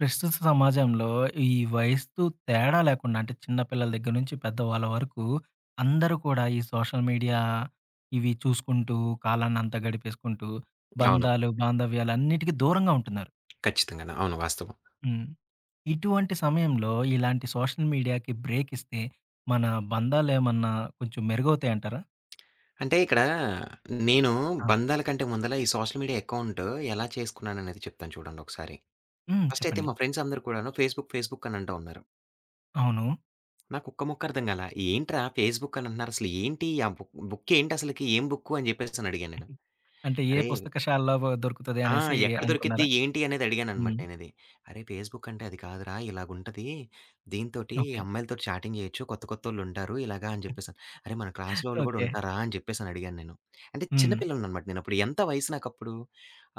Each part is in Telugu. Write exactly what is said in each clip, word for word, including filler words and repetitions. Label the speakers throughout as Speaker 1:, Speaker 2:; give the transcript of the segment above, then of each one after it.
Speaker 1: ప్రస్తుత సమాజంలో ఈ వయస్సు తేడా లేకుండా అంటే చిన్న పిల్లల దగ్గర నుంచి పెద్దవాళ్ళ వరకు అందరూ కూడా ఈ సోషల్ మీడియా ఇవి చూసుకుంటూ కాలాన్ని అంతా గడిపేసుకుంటూ
Speaker 2: అవును.
Speaker 1: బంధాలు బాంధవ్యాలు అన్నిటికీ దూరంగా ఉంటున్నారు.
Speaker 2: ఖచ్చితంగాను. అవును. వాస్తవం.
Speaker 1: హ్మ్. ఇటువంటి సమయంలో ఇలాంటి సోషల్ మీడియాకి బ్రేక్ ఇస్తే మన బంధాలేమన్నా కొంచెం మెరుగవుతాయంటారా?
Speaker 2: అంటే ఇక్కడ నేను
Speaker 1: ఆ!
Speaker 2: బంధాల కంటే ముందల ఈ సోషల్ మీడియా అకౌంట్ ఎలా చేసుకున్నాననేది చెప్తాను చూడండి ఒకసారి.
Speaker 1: హ్మ్.
Speaker 2: ఫస్ట్ అయితే
Speaker 1: చెప్పండి.
Speaker 2: మా ఫ్రెండ్స్ అందరూ కూడాను ఫేస్‌బుక్, ఫేస్‌బుక్ అని అంటా ఉన్నారు.
Speaker 1: అవును.
Speaker 2: నాకు ఒక్క ముక్క అర్థం కాలా. ఏంట్రా ఫేస్‌బుక్ అని అంటున్నారు. అసలు ఏంటి? ఆ బుక్ బుక్ ఏంటి అసలకి? ఏం బుక్కు? అని చెప్పేసి అని అడిగాను నేను.
Speaker 1: అంటే ఏ
Speaker 2: అరే!
Speaker 1: పుస్తకశాలలో దొరుకుతది
Speaker 2: ఆ!
Speaker 1: అనేసి
Speaker 2: ఎక్కడ దొరికిద్ది?
Speaker 1: అనుకున్నారా?
Speaker 2: ఏంటి? అనేది అడిగాననమాట
Speaker 1: హ్మ్.
Speaker 2: నేనది. "అరే! ఫేస్‌బుక్ అంటే అది కాదురా! ఇలాగుంటది. దీనితోటి
Speaker 1: ఓకే.
Speaker 2: అమ్మాయిలతోటి చాటింగ్ చేయొచ్చు. కొత్త కొత్తోళ్ళుంటారు ఇలాగా" అని చెప్పేసని. "అరే! మన క్లాస్‌లో వాళ్ళు కూడా
Speaker 1: ఓకే.
Speaker 2: ఉంటారా?" అని చెప్పేసని అడిగాను నేను. అంటే చిన్న
Speaker 1: హ్మ్.
Speaker 2: పిల్లోడిననమాట నేనప్పుడు. ఎంత వయసు నాకప్పుడు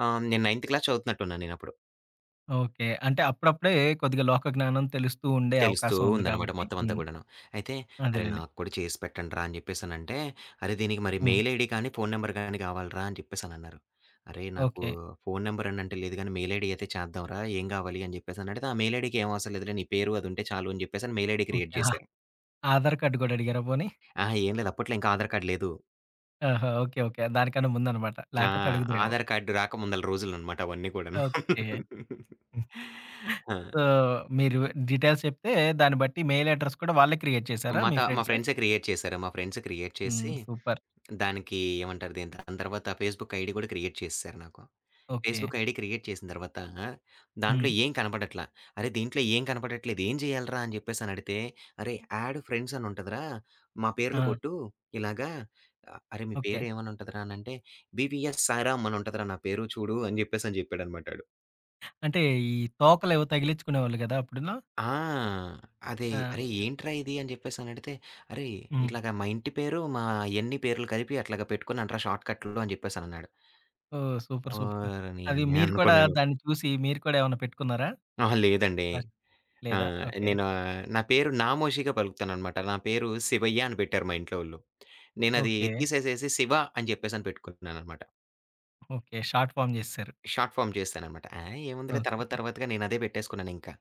Speaker 2: ఆహ్, నేను నైన్త్ క్లాస్ చదువుతున్నట్టున్నా నేనప్పుడు.
Speaker 1: ఓకే. అంటే అప్పుడప్పుడే కొద్దిగా లోక జ్ఞానం తెలుస్తూ ఉండే
Speaker 2: తెలుస్తూ
Speaker 1: అవకాశం ఉంది
Speaker 2: ఉందనమాట
Speaker 1: కాబట్టి
Speaker 2: మొత్తం అంతా
Speaker 1: హ్మ్.
Speaker 2: కూడాను. అయితే "అరె!
Speaker 1: అదేలెండి.
Speaker 2: నాకు కూడా చేసి పెట్టండిరా" అని జెప్పేసనంటే, "అరె! దీనికి మరి
Speaker 1: హ్మ్.
Speaker 2: మెయిల్ ఐడీ కానీ, ఫోను నంబర్ గాని కావాలిరా" అని జెప్పేసనన్నారు. "అరె! నాకు
Speaker 1: ఓకే.
Speaker 2: ఫోను నంబర్ అనంటే లేదు గానీ, మెయిల్ ఐడీ అయితే చేద్దాంరా ఏం గావాలి" అని జెప్పేసనడిగితే, "ఆ మెయిల్ ఐడీకి ఏం అవసరం లేదులే నీ పేరు అది ఉంటే చాలు" అని జెప్పేసని మెయిల్ ఐడీ
Speaker 1: ఓకే.
Speaker 2: క్రియేట్
Speaker 1: ఆహా!
Speaker 2: జేశారు.
Speaker 1: ఆధార్ కార్డ్ గూడా అడిగారా పోనీ?
Speaker 2: అహా! ఏం లేదు అప్పట్లో ఇంకా ఆధార్ కార్డ్ లేదు.
Speaker 1: ఆహా! ఓకే. ఓకే. దానికన్నా ముందనమాట.
Speaker 2: ఆ!
Speaker 1: లేకపోతే అడుగుదురేమో.
Speaker 2: ఆధార్ కార్డ్ రాకముందల రోజులనమాట అవన్నీ కూడాను.
Speaker 1: ఓకే. సో,
Speaker 2: ఆ!
Speaker 1: మీరు డీటెయిల్స్ చెప్తే దాన్ని బట్టి మెయిల్ అడ్రెస్ కూడా వాళ్ళే క్రియేట్ చేశారా
Speaker 2: మా
Speaker 1: మీ
Speaker 2: త మా
Speaker 1: ఫ్రెండ్స్?
Speaker 2: ఫ్రెండ్సే క్రియేట్ చేశారు. మా ఫ్రెండ్స్ క్రియేట్
Speaker 1: హ్మ్.
Speaker 2: చేసి
Speaker 1: సూపర్.
Speaker 2: దానికి ఏమంటారు దీన్ని, దాని తర్వాత ఫేస్‌బుక్ ఐడీ కూడా క్రియేట్ చేసేసారు నాకు.
Speaker 1: ఓకే.
Speaker 2: ఫేస్‌బుక్ ఐడీ క్రియేట్ చేసిన తర్వాత దాంట్లో
Speaker 1: హ్మ్.
Speaker 2: ఏం కనపడట్ల. అరే! దీంట్లో ఏం కనపడట్లేదు. ఏం చేయాలిరా అని చెప్పేసి అని అడిగితే, "అరే! యాడ్ ఫ్రెండ్స్ అని ఉంటదిరా మా పేర్లు
Speaker 1: ఆ!
Speaker 2: కొట్టు ఇలాగా" అ- అరే! "మీ
Speaker 1: ఓకే.
Speaker 2: పేరు ఏమని ఉంటదిరా" అని అంటే, "బీవీఎస్ సాయిరామ్ అని ఉంటదిరా నా పేరు చూడు" అని చెప్పేసి అని చెప్పాడనమాట ఆడు.
Speaker 1: అంటే ఈ తోకలేవో తగిలించుకునేవాళ్ళు గదా! అప్పుడును.
Speaker 2: ఆ! అదే
Speaker 1: ఆ!
Speaker 2: "అరే! ఏంట్రా ఇది" అని చెప్పేసి అని అడిగితే, "అరే!
Speaker 1: హ్మ్.
Speaker 2: ఇట్లాగా మా ఇంటి పేరు, మా యన్ని పేర్లు కలిపి అట్లాగా పెట్టుకున్నానురా షార్ట్‌కట్‌లో" అని చెప్పేసి అన్నాడు.
Speaker 1: ఓహ్! సూపర్. సూపర్.
Speaker 2: ఓరిని!
Speaker 1: అది మీరు కూడా
Speaker 2: అనుకున్నాను.
Speaker 1: దాన్ని చూసి మీరు కూడా ఏమన్నా పెట్టుకున్నారా?
Speaker 2: అహా! లేదండి.
Speaker 1: క్లాస్ లేదా?
Speaker 2: ఆహ్,
Speaker 1: ఓకే.
Speaker 2: నేను ఆహ్, నా పేరు నామోషీగా పలుకుతాననమాట. నా పేరు శివయ్య అని పెట్టారు మా ఇంట్లో ఓళ్ళు. నేనది
Speaker 1: ఓకే.
Speaker 2: తీసేసేసి శివ అని చెప్పేసని పెట్టుకున్నాననమాట.
Speaker 1: ఓకే. షార్ట్ ఫార్మ్ జేసేసారు.
Speaker 2: షార్ట్ ఫార్మ్ చేశాననమాట. ఆ! ఏముందిలే తర్వాత
Speaker 1: ఓకే.
Speaker 2: తర్వాతగా నేనదే పెట్టేసుకున్నానింకా.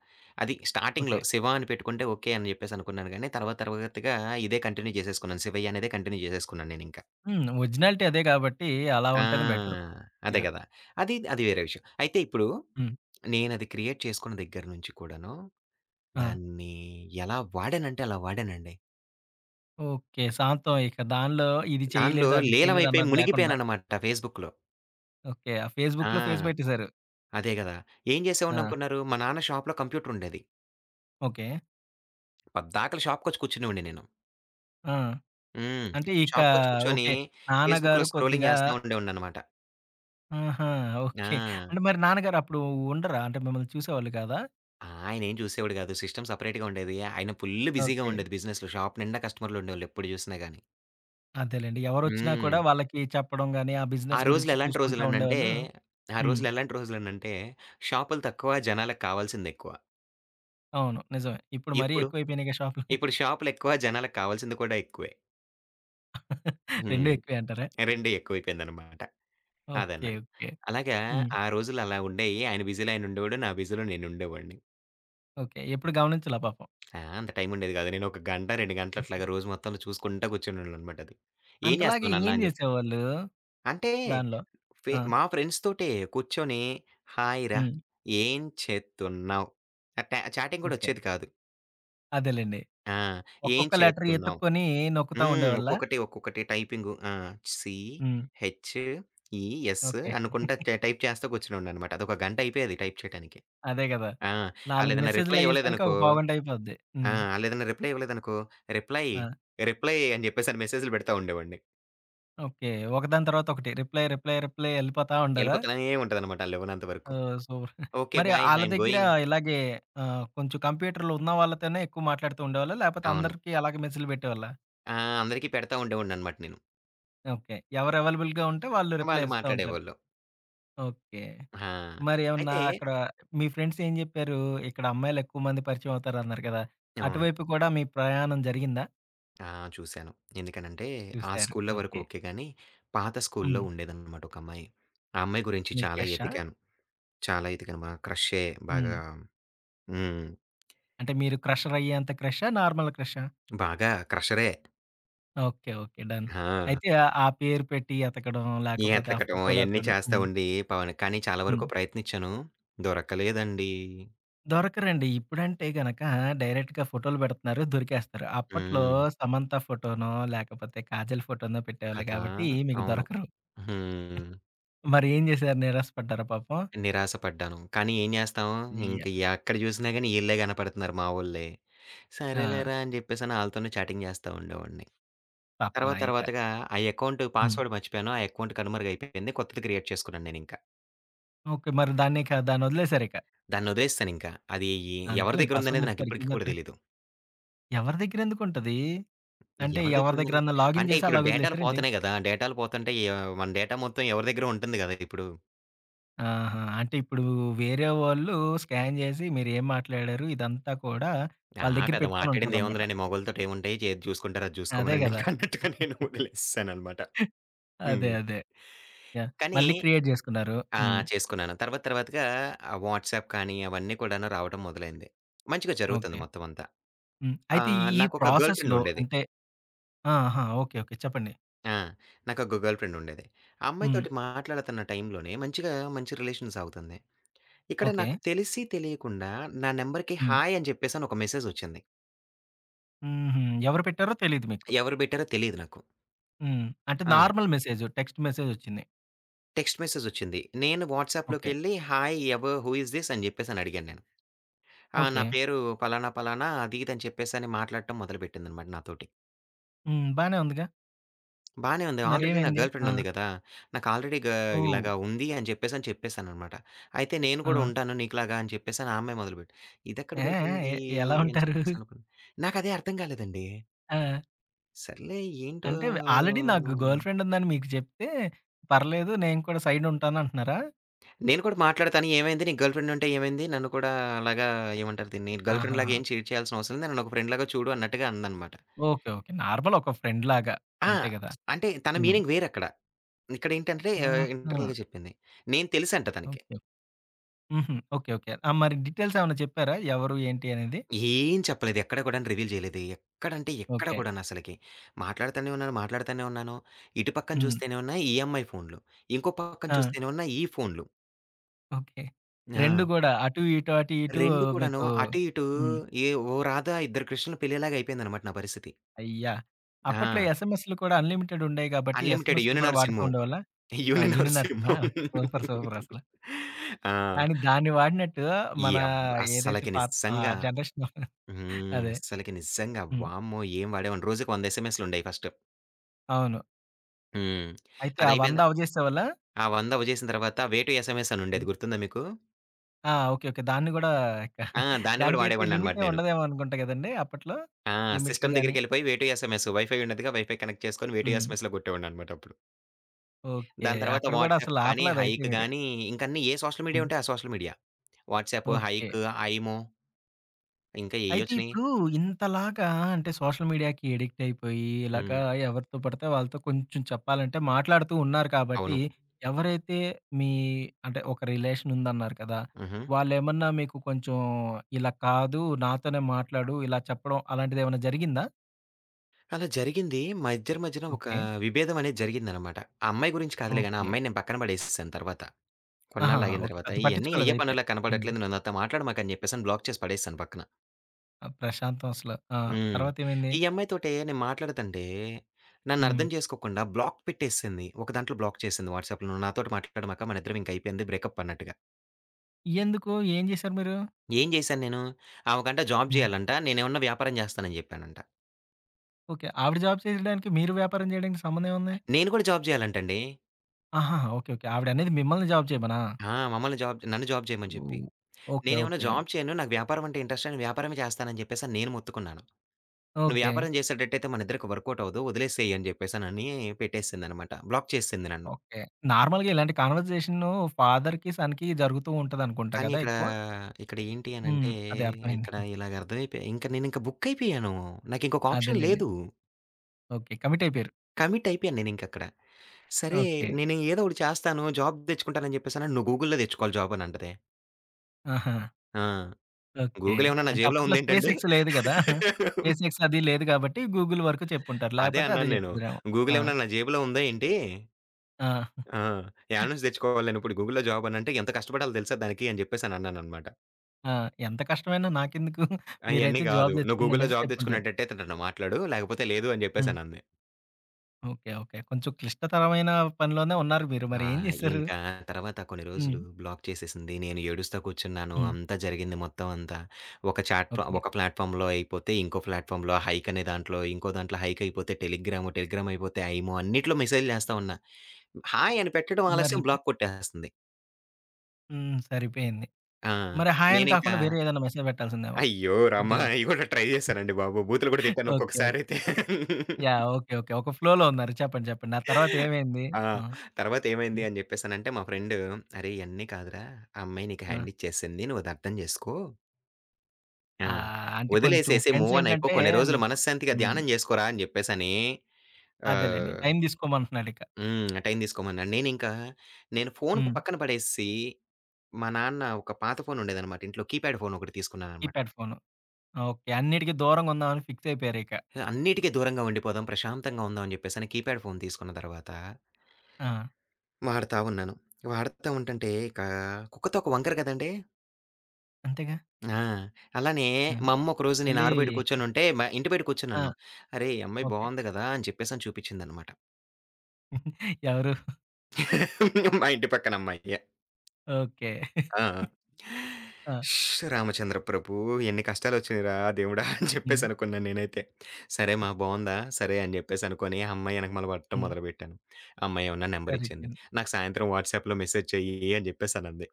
Speaker 2: అది
Speaker 1: ఓకే.
Speaker 2: స్టార్టింగ్‌లో శివ అని పెట్టుకుంటే ఓకే అని చెప్పేసనుకున్నాను గానీ, తర్వాత తర్వాతగా ఇదే కంటిన్యూ చేసేసుకున్నాను. శివయ్య అనేదే కంటిన్యూ చేసేసుకున్నాను నేనింకా.
Speaker 1: హ్మ్. ఒరిజినాలిటీ అదే గాబట్టి అలా ఉంటేనే
Speaker 2: ఆ!
Speaker 1: బెటరు.
Speaker 2: అదే
Speaker 1: యాహ్!
Speaker 2: గదా! అది అది వేరే విషయం. అయితే ఇప్పుడు
Speaker 1: హ్మ్.
Speaker 2: నేనది క్రియేట్ చేసుకున్న దగ్గర నుంచి కూడాను
Speaker 1: ఆ!
Speaker 2: దాన్ని ఎలా వాడానంటే అలా వాడానండి.
Speaker 1: ఓకే. సాంతం ఇక దానిలో ఇది
Speaker 2: దానిలో
Speaker 1: చేయలేదు, అది చేయలేదు
Speaker 2: లీలమైపోయి
Speaker 1: అన్నది లేకుండా
Speaker 2: మునిగిపోయాననమాట ఫేస్‌బుక్‌లో.
Speaker 1: ఓకే. ఆ ఫేస్‌బుక్‌లో ఫేస్
Speaker 2: ఆ!
Speaker 1: పెట్టేసారు.
Speaker 2: అదే గదా! ఏం
Speaker 1: ఆ!
Speaker 2: జేసేవాడిననుకున్నారు? మా నాన్న షాప్‌లో కంప్యూటరుండేది.
Speaker 1: ఓకే.
Speaker 2: పద్దాకల షాప్‌కొచ్చి కూర్చునేవాడిని నేను.
Speaker 1: ఆ!
Speaker 2: హ్మ్.
Speaker 1: అంటే ఇక
Speaker 2: షాప్‌కొచ్చి కూర్చొని
Speaker 1: ఓకే. నాన్నగారు
Speaker 2: ఫేస్‌బుక్‌లో స్క్రోలింగ్
Speaker 1: కొద్దిగా
Speaker 2: జేస్తా ఉండేవాడిననమాట.
Speaker 1: ఆహా! ఓకే.
Speaker 2: ఆ!
Speaker 1: అంటే మరి నాన్నగారు అప్పుడు ఉండరా? అంటే మిమ్మల్ని చూసేవాళ్ళు కాదా?
Speaker 2: ఆయనేం చూసేవాడు గాదు. సిస్టమ్ సెపరేట్‌గా ఉండేది. ఆయన ఫుల్లు బిజీగా
Speaker 1: ఓకే.
Speaker 2: ఉండేది బిజినెస్‌లో. షాప్ నిండా కస్టమర్లుండేవాళ్ళు ఎప్పుడు జూసినా గానీ.
Speaker 1: అదేలెండి. ఎవరొచ్చినా కూడా
Speaker 2: హ్మ్.
Speaker 1: వాళ్ళకి చెప్పడం గాని, ఆ
Speaker 2: ఆ
Speaker 1: బిజినెస్
Speaker 2: రోజులు
Speaker 1: గురించి
Speaker 2: ఎలాంటి
Speaker 1: చూసుకుంటా
Speaker 2: రోజులనంటే,
Speaker 1: ఉండేవాళ్ళు.
Speaker 2: ఆ
Speaker 1: హ్మ్.
Speaker 2: రోజులు ఎలాంటి రోజులనంటే షాపులు తక్కువ, జనాలకు కావాల్సిందెక్కువ.
Speaker 1: అవును. నిజమే. ఇప్పుడు మరీ
Speaker 2: ఇప్పుడు
Speaker 1: ఎక్కువైపోయినాయిగా షాపులు.
Speaker 2: ఇప్పుడు షాపులెక్కువ, జనాలకు కావాల్సింది కూడా ఎక్కువే.
Speaker 1: రెండు
Speaker 2: హ్మ్.
Speaker 1: ఎక్కువే అంటారా?
Speaker 2: రెండూ ఎక్కువైపోయిందనమాట.
Speaker 1: ఓకే.
Speaker 2: అదన్నది.
Speaker 1: ఓకే.
Speaker 2: అలాగా
Speaker 1: హ్మ్.
Speaker 2: ఆ రోజులు అలా ఉండేయి. ఆయన బిజీలో ఆయనుండేవాడు. నా బిజీలో నేనుండేవాడిని.
Speaker 1: ఓకే. ఎప్పుడు గమనించలా పాపం.
Speaker 2: ఆ! అంత టైముండేది గాదు. నేనొక గంట, రెండు గంటలు అట్లాగా రోజు మొత్తంలో చూసుకుంటా కూర్చునేవాడిననమాట అది. "ఏం
Speaker 1: అంతలాగా
Speaker 2: జేస్తున్నావు
Speaker 1: ఏం
Speaker 2: నాన్న" అని జెప్పి.
Speaker 1: జేసేవాళ్ళు
Speaker 2: అంటే
Speaker 1: దానిలో?
Speaker 2: ఫె
Speaker 1: ఆ!
Speaker 2: మా ఫ్రెండ్స్ తోటే కూర్చొని, "హాయ్ రా!
Speaker 1: హ్మ్.
Speaker 2: ఏం చేస్తున్నావు?" అట్టా చాటింగ్ గూడా
Speaker 1: ఓకే.
Speaker 2: ఒచ్చేది కాదు.
Speaker 1: అదేలెండి.
Speaker 2: ఆ! "ఏం
Speaker 1: ఒక్కొక్క లెటర్
Speaker 2: చేస్తున్నావు?"
Speaker 1: ఎతుక్కొని నొక్కుతా
Speaker 2: హ్మ్.
Speaker 1: ఉండేవాళ్ళా?
Speaker 2: ఒక్కొక్కటి, ఒక్కొక్కటి టైపింగు. ఆ! సి,
Speaker 1: హ్మ్.
Speaker 2: హెచ్, ఈ, ఎస్
Speaker 1: ఓకే.
Speaker 2: అనుకుంటా టై టైప్ చేస్తా కూర్చునేవాడిననమాట. అదొక గంట అయిపోయేది టైప్ చేయటానికి.
Speaker 1: అదే గదా!
Speaker 2: ఆ!
Speaker 1: నాలుగు
Speaker 2: ఆళ్ళేదైనా రిప్లై
Speaker 1: మెసేజ్‌లయ్యేసరికి ఒక
Speaker 2: ఇవ్వలేదనుకో
Speaker 1: పావుగంట అయిపోద్ది.
Speaker 2: ఆ!
Speaker 1: హ్మ్.
Speaker 2: ఆళ్ళేదైనా రిప్లై ఇవ్వలేదనుకో, రిప్లై,
Speaker 1: ఆ!
Speaker 2: రిప్లై అని జెప్పేసని మెసేజులు పెడతా ఉండేవాడిని.
Speaker 1: ఓకే. ఒకదాని తర్వాత ఒకటి రిప్లై, రిప్లై, రిప్లై ఎళ్ళిపోతా ఉండేదా?
Speaker 2: యెళ్ళిపోతనే ఉంటదనమాట ఆళ్ళివ్వనంత వరకు.
Speaker 1: ఓహ్! సూపర్.
Speaker 2: ఓకే.
Speaker 1: మరి
Speaker 2: బాయ్.
Speaker 1: ఆళ్ళ
Speaker 2: ఐయామ్
Speaker 1: దగ్గర
Speaker 2: గోయింగ్.
Speaker 1: ఇలాగే ఆహ్, కొంచెం కంప్యూటర్‌లు ఉన్న వాళ్ళతోనే ఎక్కువ మాట్లాడుతూ ఉండేవాళ్ళా? లేకపోతే
Speaker 2: అవును.
Speaker 1: అందరికి అలాగే మెసేజ్‌లు పెట్టేవాళ్ళా?
Speaker 2: ఆ! అందరికీ పెడతా ఉండేవాడిననమాట నేను.
Speaker 1: ఓకే. ఎవరు అవైలబుల్‌గా ఉంటే వాళ్ళు రిప్లై
Speaker 2: వాళ్ళు
Speaker 1: ఇస్తా ఉంటారు.
Speaker 2: మాట్లాడేవోళ్ళు.
Speaker 1: ఓకే.
Speaker 2: ఆ!
Speaker 1: మరేమన్నా
Speaker 2: అయితే
Speaker 1: అక్కడ మీ ఫ్రెండ్స్ ఏం చెప్పారు? ఇక్కడ అమ్మాయిలు ఎక్కువ మంది పరిచయం అవుతారన్నారు కదా!
Speaker 2: అవును.
Speaker 1: అటువైపు కూడా మీ ప్రయాణం జరిగిందా?
Speaker 2: ఆ! చూశాను. ఎందుకనంటే, ఆ
Speaker 1: చూసారు.
Speaker 2: స్కూల్లో వరకు
Speaker 1: ఓకే.
Speaker 2: ఓకే గానీ, పాత స్కూల్లో
Speaker 1: హ్మ్.
Speaker 2: ఉండేదనమాట ఒక అమ్మాయి. ఆ అమ్మాయి గురించి
Speaker 1: మీ
Speaker 2: చాలా
Speaker 1: క్రషా?
Speaker 2: ఎతికాను. చాలా ఎతికాను. మా క్రషే
Speaker 1: హ్మ్.
Speaker 2: బాగా హ్మ్.
Speaker 1: అంటే మీరు క్రషర్ అయ్యేంత క్రషా? నార్మల్ క్రషా?
Speaker 2: బాగా క్రషరే.
Speaker 1: ఓకే. ఓకే. డన్.
Speaker 2: ఆ!
Speaker 1: అయితే ఆ పేరు పెట్టి ఎతకడం లేకపోతే ఆ
Speaker 2: ఎతకటం
Speaker 1: ఫోటోలు
Speaker 2: అయన్నీ
Speaker 1: ఎతకడం.
Speaker 2: చేస్తా
Speaker 1: హ్మ్.
Speaker 2: ఉండి పవన్ కానీ చాలా వరకు
Speaker 1: హ్మ్.
Speaker 2: ప్రయత్నిచ్చాను. దొరకలేదండి.
Speaker 1: దొరకరండి. ఇప్పుడంటే గనక డైరెక్ట్‌గా ఫోటోలు పెడుతున్నారు, దొరికేస్తారు. అప్పట్లో
Speaker 2: హ్మ్.
Speaker 1: సమంత ఫోటోనో, లేకపోతే కాజల్ ఫోటోనో పెట్టేవాళ్ళు
Speaker 2: కదా!
Speaker 1: కాబట్టి మీకు
Speaker 2: అవును.
Speaker 1: దొరకరు.
Speaker 2: హ్మ్.
Speaker 1: మరి ఏం చేశారు? నిరాశ పడ్డారా పాపం?
Speaker 2: నిరాశ పడ్డాను. కానీ ఏం జేస్తాం, ఇంక
Speaker 1: యాహ్!
Speaker 2: ఎక్కడ జూసినా గానీ ఈళ్ళే గనపడుతున్నారు మావోళ్ళే.
Speaker 1: ఆ!
Speaker 2: సరేలేరా అని జెప్పేసని ఆళ్ళతోనే చాటింగ్ జేస్తా ఉండేవాడిని.
Speaker 1: తప్పలా
Speaker 2: తర్వాత
Speaker 1: ఇంకా.
Speaker 2: తర్వాతగా ఆ ఎకౌంట్
Speaker 1: హ్మ్.
Speaker 2: పాస్‌వర్డ్ మర్చిపోయాను. ఆ ఎకౌంట్ కనుమరుగైపోయింది. కొత్తది క్రియేట్ చేసుకున్నాను నేనింకా.
Speaker 1: ఓకే. మరి దాన్నిక దాన్నొదిలేసారిక.
Speaker 2: దాన్నొదిలేసేసానింకా. అది ఎవరి
Speaker 1: అంతేలెండి. పాస్‌వర్డ్
Speaker 2: దగ్గరుందనేది
Speaker 1: మర్చిపోయారు.
Speaker 2: నాకిప్పటికి
Speaker 1: ఇంకేం
Speaker 2: కూడా
Speaker 1: చేత్తరు?
Speaker 2: తెలీదు.
Speaker 1: ఎవరి దగ్గరెందుకుంటది? అంటే
Speaker 2: ఎవరి
Speaker 1: ఎవరి
Speaker 2: దగ్గరుందంటే
Speaker 1: దగ్గరన్నా లాగిన్
Speaker 2: అంటే
Speaker 1: చేసి
Speaker 2: ఇప్పుడు డేటాలు
Speaker 1: అలాగొదిలేసారేంటి?
Speaker 2: పోతున్నాయి గదా! డేటాలు పోతుంటే య మన డేటా మొత్తం ఎవరి దగ్గరో ఉంటుంది గదా! ఇప్పుడు.
Speaker 1: ఆహా! అంటే ఇప్పుడు వేరే వాళ్ళు స్కాన్ చేసి మీరేం మాట్లాడారు ఇదంతా కూడా
Speaker 2: ఆ!
Speaker 1: వాళ్ళ దగ్గర
Speaker 2: పెద్ద
Speaker 1: పెట్టుకొనుంటారనమాట.
Speaker 2: మాట్లాడిందేముందిలేండి మొగోళ్ళతోటేముంటాయి. చేది చూసుకుంటారు అది
Speaker 1: అదే గదా!
Speaker 2: చూసుకోమనండింక అన్నట్టుగా నేను వదిలేసేసాననమాట.
Speaker 1: అదే.
Speaker 2: హ్మ్.
Speaker 1: అదే. యాహ్!
Speaker 2: కానీ
Speaker 1: మళ్ళీ క్రియేట్ జేసుకున్నారు.
Speaker 2: ఆ!
Speaker 1: హ్మ్.
Speaker 2: చేసుకున్నాను. తర్వాత తర్వాతగా ఆ వాట్సాప్ కానీ అవన్నీ కూడాను రావడం మొదలైంది. మంచిగా
Speaker 1: ఓకే.
Speaker 2: జరుగుతుంది మొత్తం అంతా.
Speaker 1: హ్మ్. అయితే ఈ
Speaker 2: ఆహ్,
Speaker 1: ఈ
Speaker 2: నాకొక గర్ల్ ఫ్రెండ్
Speaker 1: ప్రాసెస్‌లో
Speaker 2: ఉండేది.
Speaker 1: అంటే ఆ! ఆహా! ఓకే. ఓకే. చెప్పండి.
Speaker 2: ఆ! నాకొక గర్ల్ ఫ్రెండ్ ఉండేది. ఆ
Speaker 1: హ్మ్.
Speaker 2: అమ్మాయితోటి మాట్లాడుతున్న టైంలోనే మంచిగా మంచి రిలేషన్ సాగుతుంది. ఇక్కడ
Speaker 1: ఓకే.
Speaker 2: నాకు తెలిసి తెలియకుండా నా నంబర్‌కి
Speaker 1: హ్మ్.
Speaker 2: హాయ్ అని చెప్పేసని ఒక మెసేజ్ వచ్చింది.
Speaker 1: హుహు. ఎవరు పెట్టారో తెలీదు మీకు.
Speaker 2: ఎవరు పెట్టారో తెలీదు నాకు.
Speaker 1: హ్మ్. అంటే
Speaker 2: ఆ!
Speaker 1: నార్మల్ మెసేజ్ టెక్స్ట్ మెసేజొచ్చింది.
Speaker 2: టెక్స్ట్ మెసేజ్ వచ్చింది. నేను
Speaker 1: ఓకే.
Speaker 2: వాట్సాప్‌లోకెళ్ళి hi ever who is this అని చెప్పేసని అడిగాను నేను. ఆ!
Speaker 1: ఓకే.
Speaker 2: నా పేరు పలానా పలానా అది ఇది అని చెప్పేసని మాట్లాడటం మొదలుపెట్టిందనమాట నాతోటి.
Speaker 1: హ్మ్. బానే ఉందిగా.
Speaker 2: బానే ఉంది. ఆల్రెడీ నాకు
Speaker 1: మరేమైంది?
Speaker 2: గర్ల్
Speaker 1: ఆ!
Speaker 2: ఫ్రెండ్ ఉంది గదా! నాకు ఆల్రెడీ గ
Speaker 1: ఓహ్!
Speaker 2: ఇలాగా ఉంది అని చెప్పేసని చెప్పేసాననమాట. అయితే నేను
Speaker 1: ఆ!
Speaker 2: కూడా ఉంటాను నీకులాగా అని చెప్పేసని ఆ అమ్మాయి మొదలుపెట్టి ఇదెక్కడ
Speaker 1: ఏ
Speaker 2: దొరికింది
Speaker 1: ఏ ఎలా
Speaker 2: అని
Speaker 1: ఉంటారు?
Speaker 2: చెప్పేసనుకున్నా. నాకదే అర్థం కాలేదండి.
Speaker 1: ఆ!
Speaker 2: సర్లే ఏంటో
Speaker 1: అంటే ఆల్రెడీ నాకు గర్ల్ ఫ్రెండ్ ఉందని మీకు చెప్తే, పర్లేదు నేను కూడా సైడ్ ఉంటాను అంటున్నారా?
Speaker 2: నేను కూడా మాట్లాడతాను. ఏమైంది నీకు గర్ల్ ఫ్రెండ్ ఉంటే ఏమైంది? నన్ను కూడా అలాగా ఏమంటారు దీన్ని? గర్ల్
Speaker 1: ఆహాహా!
Speaker 2: ఫ్రెండ్‌లాగా ఏం ట్రీట్ చేయాల్సిన అవసరం లేదు. నన్ను ఒక ఫ్రెండ్‌లాగా చూడు అన్నట్టుగా అందనమాట.
Speaker 1: ఓకే. ఓకే. నార్మల్ ఒక ఫ్రెండ్‌లాగా
Speaker 2: ఆ!
Speaker 1: అంతే గదా!
Speaker 2: అంటే తన
Speaker 1: హ్మ్.
Speaker 2: మీనింగ్ వేరక్కడ. ఇక్కడేంటంటే ఆహ్,
Speaker 1: ఆహా!
Speaker 2: ఇంటర్నల్‌గా చెప్పింది. నేను తెలుసంట తనకి.
Speaker 1: ఓకే. హుహు. ఓకే. ఓకే. ఆ! మరి డీటెయిల్స్ ఏమన్నా చెప్పారా? ఎవరు ఏంటి అనేది?
Speaker 2: ఏం చెప్పలేదు. ఎక్కడ కూడాను రివీల్ చేయలేదు. ఎక్కడంటే ఎక్కడ
Speaker 1: ఓకే.
Speaker 2: కూడానసలకి. మాట్లాడుతూనే ఉన్నాను, మాట్లాడుతూనే ఉన్నాను. ఇటు పక్కన
Speaker 1: హ్మ్.
Speaker 2: చూస్తేనే ఉన్నా ఈఎంఐ ఫోన్‌లు. ఇంకో పక్కన
Speaker 1: ఆ!
Speaker 2: చూస్తేనే ఉన్నా ఈ ఫోన్‌లు.
Speaker 1: ఓకే. రెండు
Speaker 2: ఆ!
Speaker 1: గూడా అటు, ఇటు, అటు, ఇటు
Speaker 2: రెండూ కూడాను
Speaker 1: మీకు
Speaker 2: అటు ఇటు
Speaker 1: హ్మ్.
Speaker 2: ఏ ఓ రాధా ఇద్దరు కృష్ణుల పెళ్ళిలాగా అయిపోయిందనమాట నా పరిస్థితి.
Speaker 1: అయ్యా! అప్పట్లో
Speaker 2: ఆ!
Speaker 1: ఎస్ఎంఎస్‌లు కూడా అన్‌లిమిటెడ్ ఉండేయి గాబట్టి
Speaker 2: అన్‌లిమిటెడ్
Speaker 1: ఎస్ఎంఎస్‌లు కూడా
Speaker 2: యూనినార్
Speaker 1: వాడుతూ
Speaker 2: సిమ్ము.
Speaker 1: ఉండేవాళ్ళా? ఆ!
Speaker 2: యూనినార్
Speaker 1: యూనినర్సనా?
Speaker 2: సిమ్ము.
Speaker 1: సూపర్. సూపర్ అసలు.
Speaker 2: ఆ!
Speaker 1: కానీ దాన్ని వాడినట్టు మన
Speaker 2: ఎవ్
Speaker 1: ఏదైతే
Speaker 2: అస్సలకి
Speaker 1: పాత ఆ
Speaker 2: నిజంగా
Speaker 1: జనరేషన్‌లో
Speaker 2: హ్మ్.
Speaker 1: అదే.
Speaker 2: అస్సలకి నిజంగా
Speaker 1: హ్మ్.
Speaker 2: వామ్మో! ఏం వాడేవాడిని. రోజుకి వంద ఎస్ఎంఎస్‌లుండేవి ఫస్ట్.
Speaker 1: అవును.
Speaker 2: హ్మ్.
Speaker 1: అయితే ఆ వంద
Speaker 2: అదయిపోయిన
Speaker 1: అవ జేసేవాళ్ళా?
Speaker 2: ఆ వంద వజేసిన తర్వాత వే టు ఎస్ఎంఎస్ అనుండేది గుర్తుందా మీకు?
Speaker 1: ఆ! ఓకే. ఓకే. దాన్ని గూడా ఇక
Speaker 2: ఆ! దాన్ని గూడా
Speaker 1: దానికైతే
Speaker 2: వాడేవాడిననమాట
Speaker 1: లిమిటేమి
Speaker 2: నేను.
Speaker 1: ఉండదేమో అనుకుంటా గదండీ అప్పట్లో.
Speaker 2: ఆ!
Speaker 1: లిమిట్లు
Speaker 2: సిస్టమ్
Speaker 1: గాని
Speaker 2: దగ్గరికెళ్ళిపోయి వే టు ఎస్ఎంఎస్ వైఫై ఉన్నదిగా వైఫై కనెక్ట్ చేసుకొని వే టు
Speaker 1: హ్మ్.
Speaker 2: ఎస్ఎంఎస్‌లో కొట్టేవాడిననమాట అప్పుడు.
Speaker 1: ఓకే.
Speaker 2: దాని తర్వాత
Speaker 1: అక్కడ గూడా
Speaker 2: వాట్సాప్
Speaker 1: అసలు
Speaker 2: కానీ,
Speaker 1: ఆపలేదయితే
Speaker 2: హైక్
Speaker 1: మీరు.
Speaker 2: గానీ ఇంకన్నీ ఏ సోషల్ మీడియా
Speaker 1: హ్మ్.
Speaker 2: ఉంటే ఆ social media. WhatsApp,
Speaker 1: okay.
Speaker 2: Hike, imo ఇంకా
Speaker 1: అయితే
Speaker 2: ఏయొచ్చినియి.
Speaker 1: ఇప్పుడు ఇంతలాగా అంటే సోషల్ మీడియాకి అడిక్ట్ అయిపోయి ఇలాగా
Speaker 2: హ్మ్.
Speaker 1: ఎవరితో పడితే వాళ్ళతో కొంచెం చెప్పాలంటే మాట్లాడుతూ ఉన్నారు కాబట్టి,
Speaker 2: అవును.
Speaker 1: ఎవరైతే మీ అంటే ఒక రిలేషన్ ఉందన్నారు కదా!
Speaker 2: హుహు.
Speaker 1: వాళ్ళేమన్నా మీకు కొంచెం ఇలా కాదు నాతోనే మాట్లాడు ఇలా చెప్పడం అలాంటిదేమన్నా జరిగిందా?
Speaker 2: అలా జరిగింది. మా ఇద్దరి మధ్యన ఒక
Speaker 1: ఓకే.
Speaker 2: విభేదం అనేది జరిగిందనమాట. ఆ అమ్మాయి గురించి కాదులే గానీ, ఆ
Speaker 1: ఓకే.
Speaker 2: అమ్మాయిని నేను పక్కన పడేసేసాను తర్వాత.
Speaker 1: ఆహాహా!
Speaker 2: కొన్నాళ్ళాగిన
Speaker 1: ఓకే.
Speaker 2: తర్వాత.
Speaker 1: పెద్ద
Speaker 2: ఇయన్నీ అయ్యే
Speaker 1: పట్టించుకోలేదయితే.
Speaker 2: పనులా
Speaker 1: హ్మ్.
Speaker 2: కనపడట్లేదు నువ్వు నాతో మాట్లాడమాకని జెప్పేసని బ్లాక్ చేసి పడేసాను పక్కన.
Speaker 1: ఆ! ప్రశాంతం అసలు. ఆ!
Speaker 2: హ్మ్.
Speaker 1: తర్వాతేమైంది?
Speaker 2: ఈ అమ్మాయితోటే నేను మాట్లాడుతంటే,
Speaker 1: హ్మ్.
Speaker 2: నన్నర్థం చేసుకోకుండా బ్లాక్ పెట్టేసింది. ఒక దాంట్లో బ్లాక్ చేసింది వాట్సాప్‌లో. "నువ్వు నాతోటి మాట్లాడమాక, మనిద్దరం ఇంక అయిపోయింది బ్రేకప్" అన్నట్టుగా.
Speaker 1: ఎందుకు? ఏం జేశారు మీరు?
Speaker 2: ఏం చేశాను నేను, ఆమెకంట జాబ్
Speaker 1: హ్మ్.
Speaker 2: చేయాలంట, నేనేమన్నా వ్యాపారం చేస్తానని చెప్పానంట.
Speaker 1: ఓకే. ఆవిడ జాబ్ చేయడానికి, మీరు వ్యాపారం చేయడానికి సంబంధం ఏముంది?
Speaker 2: నేను కూడా జాబ్ చేయాలంటండి.
Speaker 1: ఆహాహా! ఓకే. ఓకే. ఆవిడనేది మిమ్మల్ని జాబ్ చేయమనా?
Speaker 2: ఆ! మమ్మల్ని జాబ్ నన్ను జాబ్ చేయమని చెప్పి.
Speaker 1: హ్మ్. ఓకే.
Speaker 2: నేనేమన్నా
Speaker 1: ఓకే.
Speaker 2: జాబ్ చేయను, నాకు వ్యాపారం అంటే ఇంట్రెస్ట్, నేను వ్యాపారమే చేస్తానని చెప్పేసని నేను మొత్తుకున్నాను. "నువ్వు
Speaker 1: ఓకే.
Speaker 2: వ్యాపారం చేసేటట్టయితే మనిద్దరికి వర్కౌట్ అవ్వదు, వదిలేసేయి" అని చెప్పేసనని పెట్టేసిందనమాట. బ్లాక్ చేసేసింది నన్ను.
Speaker 1: ఓకే. నార్మల్‌గా ఇలాంటి కాన్వర్జేషను ఫాదర్‌కి, సన్‌కి జరుగుతూ ఉంటదనుకుంటా
Speaker 2: కానీ
Speaker 1: కదా
Speaker 2: ఇక్కడా,
Speaker 1: ఎక్కువ?
Speaker 2: ఇక్కడ ఏంటి
Speaker 1: హ్మ్.
Speaker 2: అనంటే,
Speaker 1: అదే అర్థమైంది.
Speaker 2: ఇక్కడ ఇలాగ అర్థమైపోయా. ఇంక నేనింక బుక్ అయిపోయాను. నాకింకొక ఆప్షన్
Speaker 1: అదేలెండి.
Speaker 2: లేదు.
Speaker 1: ఓకే. కమిట్ అయిపోయారు.
Speaker 2: కమిట్ అయిపోయాను నేనింకక్కడ. సరే,
Speaker 1: ఓకే.
Speaker 2: నేను ఏదో ఒకటి చేస్తాను, జాబ్ తెచ్చుకుంటానని జెప్పేసనంటే, "నువ్వు గూగుల్‌లో తెచ్చుకోవాలి జాబ్" అనంటది.
Speaker 1: ఆహా!
Speaker 2: ఆ!
Speaker 1: ఓకే.
Speaker 2: గూగుల్ ఏమన్నా నా
Speaker 1: అంటే
Speaker 2: జేబులో
Speaker 1: అప్పట్లో స్పేస్
Speaker 2: ఉందేంటండి?
Speaker 1: ఎక్స్ లేదు గదా! స్పేస్ ఎక్స్ అది లేదు గాబట్టి గూగుల్ వరకు చెప్పుంటారు.
Speaker 2: అదే
Speaker 1: లేపోతే అదే
Speaker 2: అన్నాను నేను.
Speaker 1: జెప్తురేమో. ఆ!
Speaker 2: "గూగుల్ ఏమన్నా నా జేబులో ఉందా ఏంటి?
Speaker 1: ఆ!
Speaker 2: ఆ! యాడ నుంచి తెచ్చుకోవాలి నేనిప్పుడు గూగుల్‌లో జాబ్" అనంటే, "ఎంత కష్టపడాలో తెలుసా దానికి" అని జెప్పేసనన్నాననమాట.
Speaker 1: ఆ! ఎంత కష్టమైనా నాకెందుకు
Speaker 2: "అయన్నీ
Speaker 1: మీరైతే
Speaker 2: గాదు.
Speaker 1: జాబ్
Speaker 2: నువ్వు
Speaker 1: తెచ్చుకోండి
Speaker 2: గూగుల్‌లో
Speaker 1: అనేసి
Speaker 2: జాబ్
Speaker 1: చెప్పుంటారు.
Speaker 2: తెచ్చుకునేటట్టయితే నాతో మాట్లాడు, లేకపోతే లేదు" అని
Speaker 1: హ్మ్.
Speaker 2: జెప్పేసనంది.
Speaker 1: ఓకే. ఓకే. కొంచెం క్లిష్టతరమైన పనిలోనే ఉన్నారు మీరు. మరి
Speaker 2: ఆ!
Speaker 1: ఏం జేశారు?
Speaker 2: ఇంకా తర్వాత కొన్ని
Speaker 1: హ్మ్.
Speaker 2: రోజులు బ్లాక్ చేసేసింది. నేను ఏడుస్తా కూర్చున్నాను.
Speaker 1: హ్మ్.
Speaker 2: అంతా జరిగింది మొత్తం అంతా. ఒక చాట్ ప్లా
Speaker 1: ఓకే.
Speaker 2: ఒక ప్లాట్‌ఫార్మ్‌లో అయిపోతే ఇంకో ప్లాట్‌ఫార్మ్‌లో హైక్ అనే దాంట్లో, ఇంకో దాంట్లో హైక్ అయిపోతే టెలిగ్రామ్, టెలిగ్రామ్ అయిపోతే ఐమో అన్నిట్లో మెసేజ్‌లు చేస్తా ఉన్నా. హాయ్ అని పెట్టడం
Speaker 1: మరి
Speaker 2: ఆలస్యం
Speaker 1: రిప్లై
Speaker 2: బ్లాక్ కొట్టేస్తుంది.
Speaker 1: హ్మ్. సరిపోయింది.
Speaker 2: ఆ!
Speaker 1: మరి హాయ్ అని
Speaker 2: నేనింకా
Speaker 1: కాకుండా వేరే ఏదైనా మెసేజ్ పెట్టాల్సిందేమో.
Speaker 2: అయ్యో! రామా!
Speaker 1: కొద్దిగా
Speaker 2: అయి కూడా ట్రై చేశానండి బాబు. బూతులు కూడా
Speaker 1: ఓకే.
Speaker 2: తిట్టాను
Speaker 1: ఓకే.
Speaker 2: ఒక్కొక్కసారైతే.
Speaker 1: యాహ్! ఓకే. ఓకే. ఒక ఫ్లోలో ఉన్నారు. చెప్పండి. చెప్పండి. ఆ తర్వాత ఏమైంది?
Speaker 2: ఆ!
Speaker 1: ఆ!
Speaker 2: తర్వాత ఏమైంది
Speaker 1: హ్మ్.
Speaker 2: అని చెప్పేసనంటే మా ఫ్రెండ్ "అరేయ్! ఇయన్నీ కాదురా! ఆ అమ్మాయి నీకు
Speaker 1: ఆ!
Speaker 2: హ్యాండ్ ఇచ్చేసింది. నువ్వు అది అర్థం చేసుకో" ఆ!
Speaker 1: ఆ! అంటే కొంచెం
Speaker 2: వదిలేసేసి
Speaker 1: ఫ్రెండ్స్
Speaker 2: మూవ్ ఆన్ అయిపో.
Speaker 1: ఏంటంటే
Speaker 2: కొన్ని రోజులు
Speaker 1: మీకు
Speaker 2: మనశ్శాంతిగా
Speaker 1: హ్మ్.
Speaker 2: ధ్యానం చేసుకోరా అని జెప్పేసని
Speaker 1: అదేలెండి.
Speaker 2: ఆహ్,
Speaker 1: టైం తీసుకోమంటున్నాడిక.
Speaker 2: హ్మ్. టైం తీసుకోమన్నాను. నేనింకా నేను ఫోను
Speaker 1: హ్మ్.
Speaker 2: పక్కన పడేసి, మా నాన్న ఒక పాత ఫోనుండేదనమాట ఇంట్లో. కీప్యాడ్ ఫోనొకటి తీసుకున్నాననమాట.
Speaker 1: Keypad phone. ఓకే. అన్నిటికి దూరంగా ఉందామని ఫిక్స్ అయిపోయారిక.
Speaker 2: అన్నిటికి దూరంగా ఉండిపోదాం, ప్రశాంతంగా ఉందాం అని జెప్పేసని కీప్యాడ్ ఫోను తీసుకున్న తర్వాత
Speaker 1: ఆ!
Speaker 2: వాడతా ఉన్నాను. వాడతా ఉంటంటే ఇక కుక్కతోక వంకర గదండీ!
Speaker 1: అంతేగా.
Speaker 2: ఆ! అలానే
Speaker 1: హ్మ్.
Speaker 2: మా అమ్మ ఒకరోజు నేను
Speaker 1: మళ్ళీ
Speaker 2: ఆరుబయట కూర్చొనుంటే, మా ఇంటి బయట
Speaker 1: ఆ!
Speaker 2: కూర్చొనున్నాం. "అరేయ్! ఈ అమ్మాయి
Speaker 1: ఓకే.
Speaker 2: బావుంది గదా!" అని చెప్పేసని చూపిచ్చిందనమాట.
Speaker 1: ఎవరు?
Speaker 2: మా ఇంటి పక్కన అమ్మాయే.
Speaker 1: ఓకే.
Speaker 2: ఆ!
Speaker 1: ఆ!
Speaker 2: ష్ రామచంద్ర ప్రభూ! ఎన్ని కష్టాలొచ్చినియిరా దేవుడా! అని చెప్పేసి
Speaker 1: హ్మ్.
Speaker 2: అనుకున్నాను నేనైతే. సరే మా బావుందా? సరే అని చెప్పేసి అనుకోని ఆ అమ్మాయి ఎనకమాల పడటం
Speaker 1: హ్మ్.
Speaker 2: మొదలుపెట్టాను. ఆ అమ్మాయి ఏమన్నా నంబర్ ఇచ్చింది.
Speaker 1: సరిపోయింది.
Speaker 2: నాకు సాయంత్రం వాట్సాప్‌లో మెసేజ్ చెయ్యి అని చెప్పేసనంది.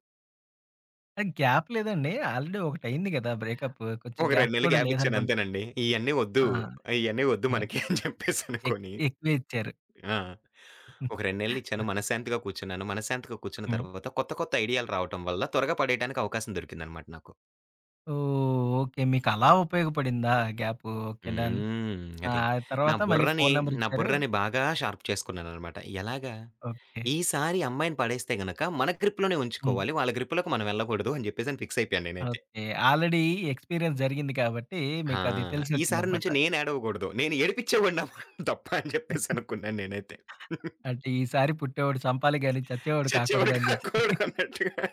Speaker 1: ఆ! గ్యాప్ లేదండి. ఆల్రెడీ ఒకటయింది గదా! బ్రేకప్. కొంచెం
Speaker 2: ఒక
Speaker 1: గ్యాప్
Speaker 2: రెండు నెలలు
Speaker 1: కూడా
Speaker 2: గ్యాప్ ఇచ్చాను
Speaker 1: లేదనుకుంటా.
Speaker 2: అంతేనండి. ఇయన్నీ వద్దు.
Speaker 1: ఆ!
Speaker 2: ఇయన్నీ వద్దు
Speaker 1: యాహ్!
Speaker 2: మనకి అని చెప్పేసి
Speaker 1: ఎక్
Speaker 2: అనుకోని
Speaker 1: ఎక్కువే ఇచ్చారు.
Speaker 2: ఆ! ఒక రెండు నెలలు ఇచ్చాను. మనశ్శాంతిగా కూర్చున్నాను. మనశ్శాంతిగా కూర్చున్న
Speaker 1: హ్మ్.
Speaker 2: తర్వాత కొత్త కొత్త ఐడియాలు రావటం వల్ల త్వరగా పడేయడానికి అవకాశం దొరికిందనమాట నాకు.
Speaker 1: ఓహ్! ఓకే. మీకలా ఉపయోగపడిందా గ్యాపు. ఓకే. డన్.
Speaker 2: హ్మ్.
Speaker 1: ఆ!
Speaker 2: అది. నా
Speaker 1: తర్వాత మళ్ళీ
Speaker 2: బుర్రని,
Speaker 1: ఫోను నంబర్
Speaker 2: నా
Speaker 1: ఇచ్చారు.
Speaker 2: బుర్రని బాగా షార్ప్ చేసుకున్నాననమాట. ఎలాగా?
Speaker 1: ఓకే.
Speaker 2: ఈసారి అమ్మాయిని పడేస్తే గనక మన గ్రిప్‌లోనే
Speaker 1: హ్మ్.
Speaker 2: ఉంచుకోవాలి. వాళ్ళ గ్రిప్‌లోకి మనం వెళ్ళకూడదు అని జెప్పేసని ఫిక్స్ అయిపోయాను నేనైతే.
Speaker 1: ఓకే. ఆల్రెడీ ఎక్స్‌పీరియన్స్ జరిగింది కాబట్టి
Speaker 2: ఆ!
Speaker 1: మీకది
Speaker 2: ఈసారి
Speaker 1: తెలిసొచ్చిందనమాట.
Speaker 2: నుంచి నేను ఏడవగూడదు. నేను ఏడిపిచ్చేవాడిని అవ్వ తప్ప అని జెప్పేసనుకున్నాను నేనైతే.
Speaker 1: అంటే ఈసారి పుట్టేవాడు చంపాలి గాని చచ్చేవాడు
Speaker 2: చచ్చేవాడు
Speaker 1: కాకూడదని జెప్పి.
Speaker 2: కాకూడదు అన్నట్టుగా.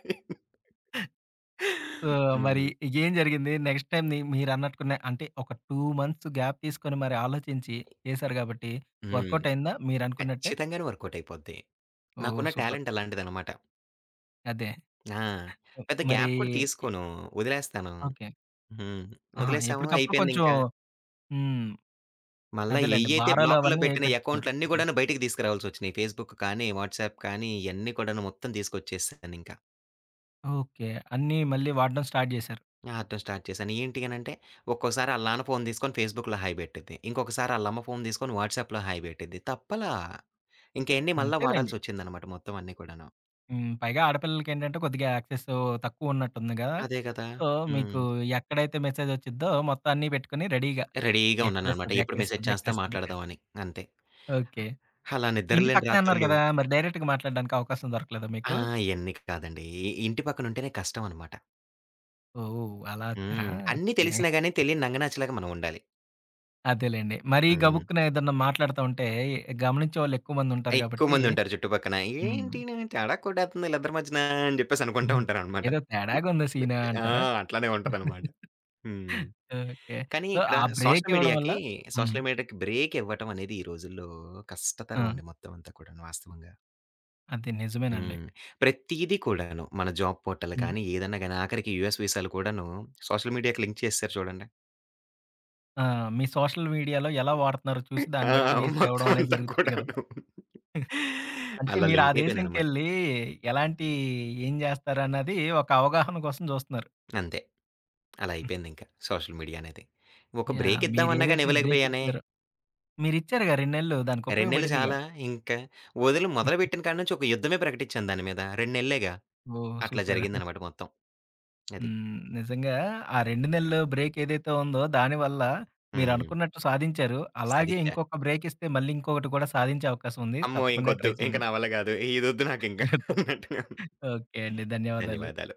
Speaker 1: సో, మరి
Speaker 2: హ్మ్.
Speaker 1: ఏం జరిగింది? నెక్స్ట్ టైమ్ ని మీరన్నట్టుకునే అంటే ఒక రెండు మంత్స్ గ్యాప్ తీసుకొని మరి ఆలోచించి చేశారు గాబట్టి
Speaker 2: హ్మ్.
Speaker 1: వర్కౌట్ అయిందా మీరనుకున్నట్టే?
Speaker 2: ఖచ్చితంగానే వర్కౌట్ అయిపోద్ది.
Speaker 1: ఓహ్!
Speaker 2: నాకున్న
Speaker 1: సూపర్.
Speaker 2: టాలెంట్ అలాంటిదనమాట.
Speaker 1: అదే.
Speaker 2: ఆ! పెద్ద
Speaker 1: మరి
Speaker 2: గ్యాప్ కూడా తీసుకోను. వదిలేస్తాను.
Speaker 1: ఓకే.
Speaker 2: హ్మ్.
Speaker 1: ఆహా!
Speaker 2: వదిలేసాము.
Speaker 1: ఎప్పటికప్పుడు కొంచెం
Speaker 2: అయిపోయిందింకా.
Speaker 1: హ్మ్.
Speaker 2: మళ్ళా
Speaker 1: అదేలెండి.
Speaker 2: ఎయ్యైతే
Speaker 1: బారాలు
Speaker 2: బ్లాకుల్లో
Speaker 1: అవన్నీ ఏవి
Speaker 2: పెట్టిన
Speaker 1: పట్టించుకోరు.
Speaker 2: అకౌంట్లన్నీ
Speaker 1: ఓకే.
Speaker 2: గూడాను బయటికి తీసుకురావాల్సొచ్చినియి. ఫేస్‌బుక్ కానీ, వాట్సాప్ కానీ ఇయన్నీ కూడాను మొత్తం తీసుకొచ్చేసానింకా.
Speaker 1: ఓకే. అన్నీ మళ్ళీ వాడడం స్టార్ట్ జేశారు.
Speaker 2: ఆడటం స్టార్ట్ చేశాను. ఏంటి అనంటే, ఒక్కోసారి ఆళ్ళ నాన్న ఫోను తీసుకొని ఫేస్‌బుక్‌లో హాయ్ బెట్టిద్ది. ఇంకొకసారి ఆళ్ళమ్మ ఫోను తీసుకొని వాట్సాప్‌లో హాయ్ బెట్టిద్ది. తప్పలా. ఇంకయన్నీ మళ్ళా
Speaker 1: అంతేలెండి.
Speaker 2: వాడాల్సొచ్చిందనమాట మొత్తం అన్నీ కూడాను.
Speaker 1: హ్మ్. పైగా ఆడపిల్లలకేంటంటే కొద్దిగా యాక్సెస్ తక్కువున్నట్టుంది గదా!
Speaker 2: అదే గదా!
Speaker 1: సో, మీకు
Speaker 2: హ్మ్.
Speaker 1: ఎక్కడైతే మెసేజొచ్చిద్దో మొత్తం అన్నీ పెట్టుకొని రెడీగా
Speaker 2: రెడీగా ఉన్నాననమాట.
Speaker 1: ఎక్కడిస్తది?
Speaker 2: ఎప్పుడు మెసేజ్
Speaker 1: ఎక్కడిస్తది?
Speaker 2: చేస్తా
Speaker 1: ఎక్కడిస్తది?
Speaker 2: మాట్లాడదాం అని. అంతే.
Speaker 1: ఓకే.
Speaker 2: అలా
Speaker 1: ఇంటి
Speaker 2: నిద్రలేని
Speaker 1: పక్కనే అన్నారు
Speaker 2: రాత్రులు
Speaker 1: గదా! మరి డైరెక్ట్‌గా మాట్లాడడానికి అవకాశం దొరకలేదా
Speaker 2: ఆ!
Speaker 1: మీకు?
Speaker 2: ఇయన్నీ కాదండి. ఇ ఇంటి పక్కనుంటేనే కష్టం అనమాట.
Speaker 1: ఓహ్! అలా వచ్చారా?
Speaker 2: హ్మ్. అన్నీ
Speaker 1: ఓకే.
Speaker 2: తెలిసినా గాని తెలియని నంగనాచిలాగా మనం ఉండాలి.
Speaker 1: అదేలెండి. మరీ
Speaker 2: హ్మ్.
Speaker 1: గబుక్కున ఏదన్నా మాట్లాడుతా ఉంటే గమనించే వాళ్ళు ఎక్కువ మందుంటారు
Speaker 2: ఎక్కువ
Speaker 1: గాబట్టి
Speaker 2: మంది ఉంటారు చుట్టుపక్కన. "ఏంటి
Speaker 1: హ్మ్.
Speaker 2: ఈయన తేడా కొట్టేస్తుంది వీళ్ళిద్దరి మధ్యన" అని చెప్పేసి అనుకుంటా
Speaker 1: హ్మ్.
Speaker 2: ఉంటారనమాట.
Speaker 1: ఏదో తేడాగుంది సీను
Speaker 2: ఆ!
Speaker 1: అంటారా?
Speaker 2: అట్లానే ఉంటదనమాట. హ్మ్.
Speaker 1: ఓకే.
Speaker 2: కానీ
Speaker 1: సో,
Speaker 2: ఇక్కడ
Speaker 1: ఆ బ్రేక్
Speaker 2: సోషల్
Speaker 1: ఇవ్వడం వల్ల
Speaker 2: మీడియాకి,
Speaker 1: హ్మ్.
Speaker 2: సోషల్ మీడియాకి బ్రేక్ ఇవ్వటం అనేది ఈ రోజుల్లో
Speaker 1: ఆ!
Speaker 2: కష్టతరం అండి మొత్తం అంతా కూడాను వాస్తవంగా.
Speaker 1: అది నిజమేనండి.
Speaker 2: హ్మ్. ప్రతీదీ కూడాను మన జాబ్ పోర్టల్
Speaker 1: హ్మ్.
Speaker 2: కానీ, ఏదన్నా గాని ఆఖరికి యూఎస్ వీసాలు కూడాను సోషల్ మీడియాకి లింక్ చేసేసారు చూడండి.
Speaker 1: ఆ! మీ సోషల్ మీడియాలో ఎలా వాడుతున్నారో చూసి దాన్ని
Speaker 2: ఆ!
Speaker 1: బట్టి వీసా ఇవ్వడం
Speaker 2: మొత్తం
Speaker 1: అనేది
Speaker 2: అంతా
Speaker 1: జరుగుతుంది గదా!
Speaker 2: కూడాను.
Speaker 1: అంటే
Speaker 2: అలా
Speaker 1: మీరు ఆ
Speaker 2: లింక్ అయిపోయిందనమాట.
Speaker 1: దేశంకెళ్ళి ఎలాంటి ఏం జేస్తారన్నది ఒక అవగాహన కోసం జూస్తున్నారు.
Speaker 2: అంతే. అలా అయిపోయిందింక సోషల్ మీడియా అనేది. ఒక
Speaker 1: యాహ్!
Speaker 2: బ్రేక్ ఇద్దామన్నా గాని
Speaker 1: మీరేదైతే బ్రేక్
Speaker 2: ఇవ్వలేకపోయానే.
Speaker 1: ఇచ్చారో మీరిచ్చారుగా రెండు నెలలు దానికి
Speaker 2: రెండు నెలలు
Speaker 1: ఉపయోగపడిందిగా.
Speaker 2: చాలా ఇంకా. వదిలి మొదలుపెట్టిన కాడి నుంచి ఒక యుద్ధమే ప్రకటించాను దాని మీద. రెండు నెల్లేగా.
Speaker 1: ఓహ్!
Speaker 2: అట్లా
Speaker 1: సూపర్.
Speaker 2: జరిగిందనమాట మొత్తం. అది.
Speaker 1: హ్మ్. నిజంగా ఆ రెండు నెలలు బ్రేక్ ఏదైతే ఉందో దానివల్ల
Speaker 2: హ్మ్.
Speaker 1: మీరనుకున్నట్టు సాధించారు. అలాగే
Speaker 2: సాధిచ్చా.
Speaker 1: ఇంకొక బ్రేక్ ఇస్తే మళ్ళీ ఇంకొకటి కూడా సాధించే అవకాశం ఉంది.
Speaker 2: అమ్మో!
Speaker 1: తప్పకుండా
Speaker 2: ఇంకొద్దు.
Speaker 1: ట్రై
Speaker 2: ఇంక
Speaker 1: చేయండి.
Speaker 2: నా వల్ల గాదు. ఇదొద్దు నాకింక అన్నట్టుగా.
Speaker 1: ఓకే అండి. ధన్యవాదాలు.
Speaker 2: ధన్యవాదాలు.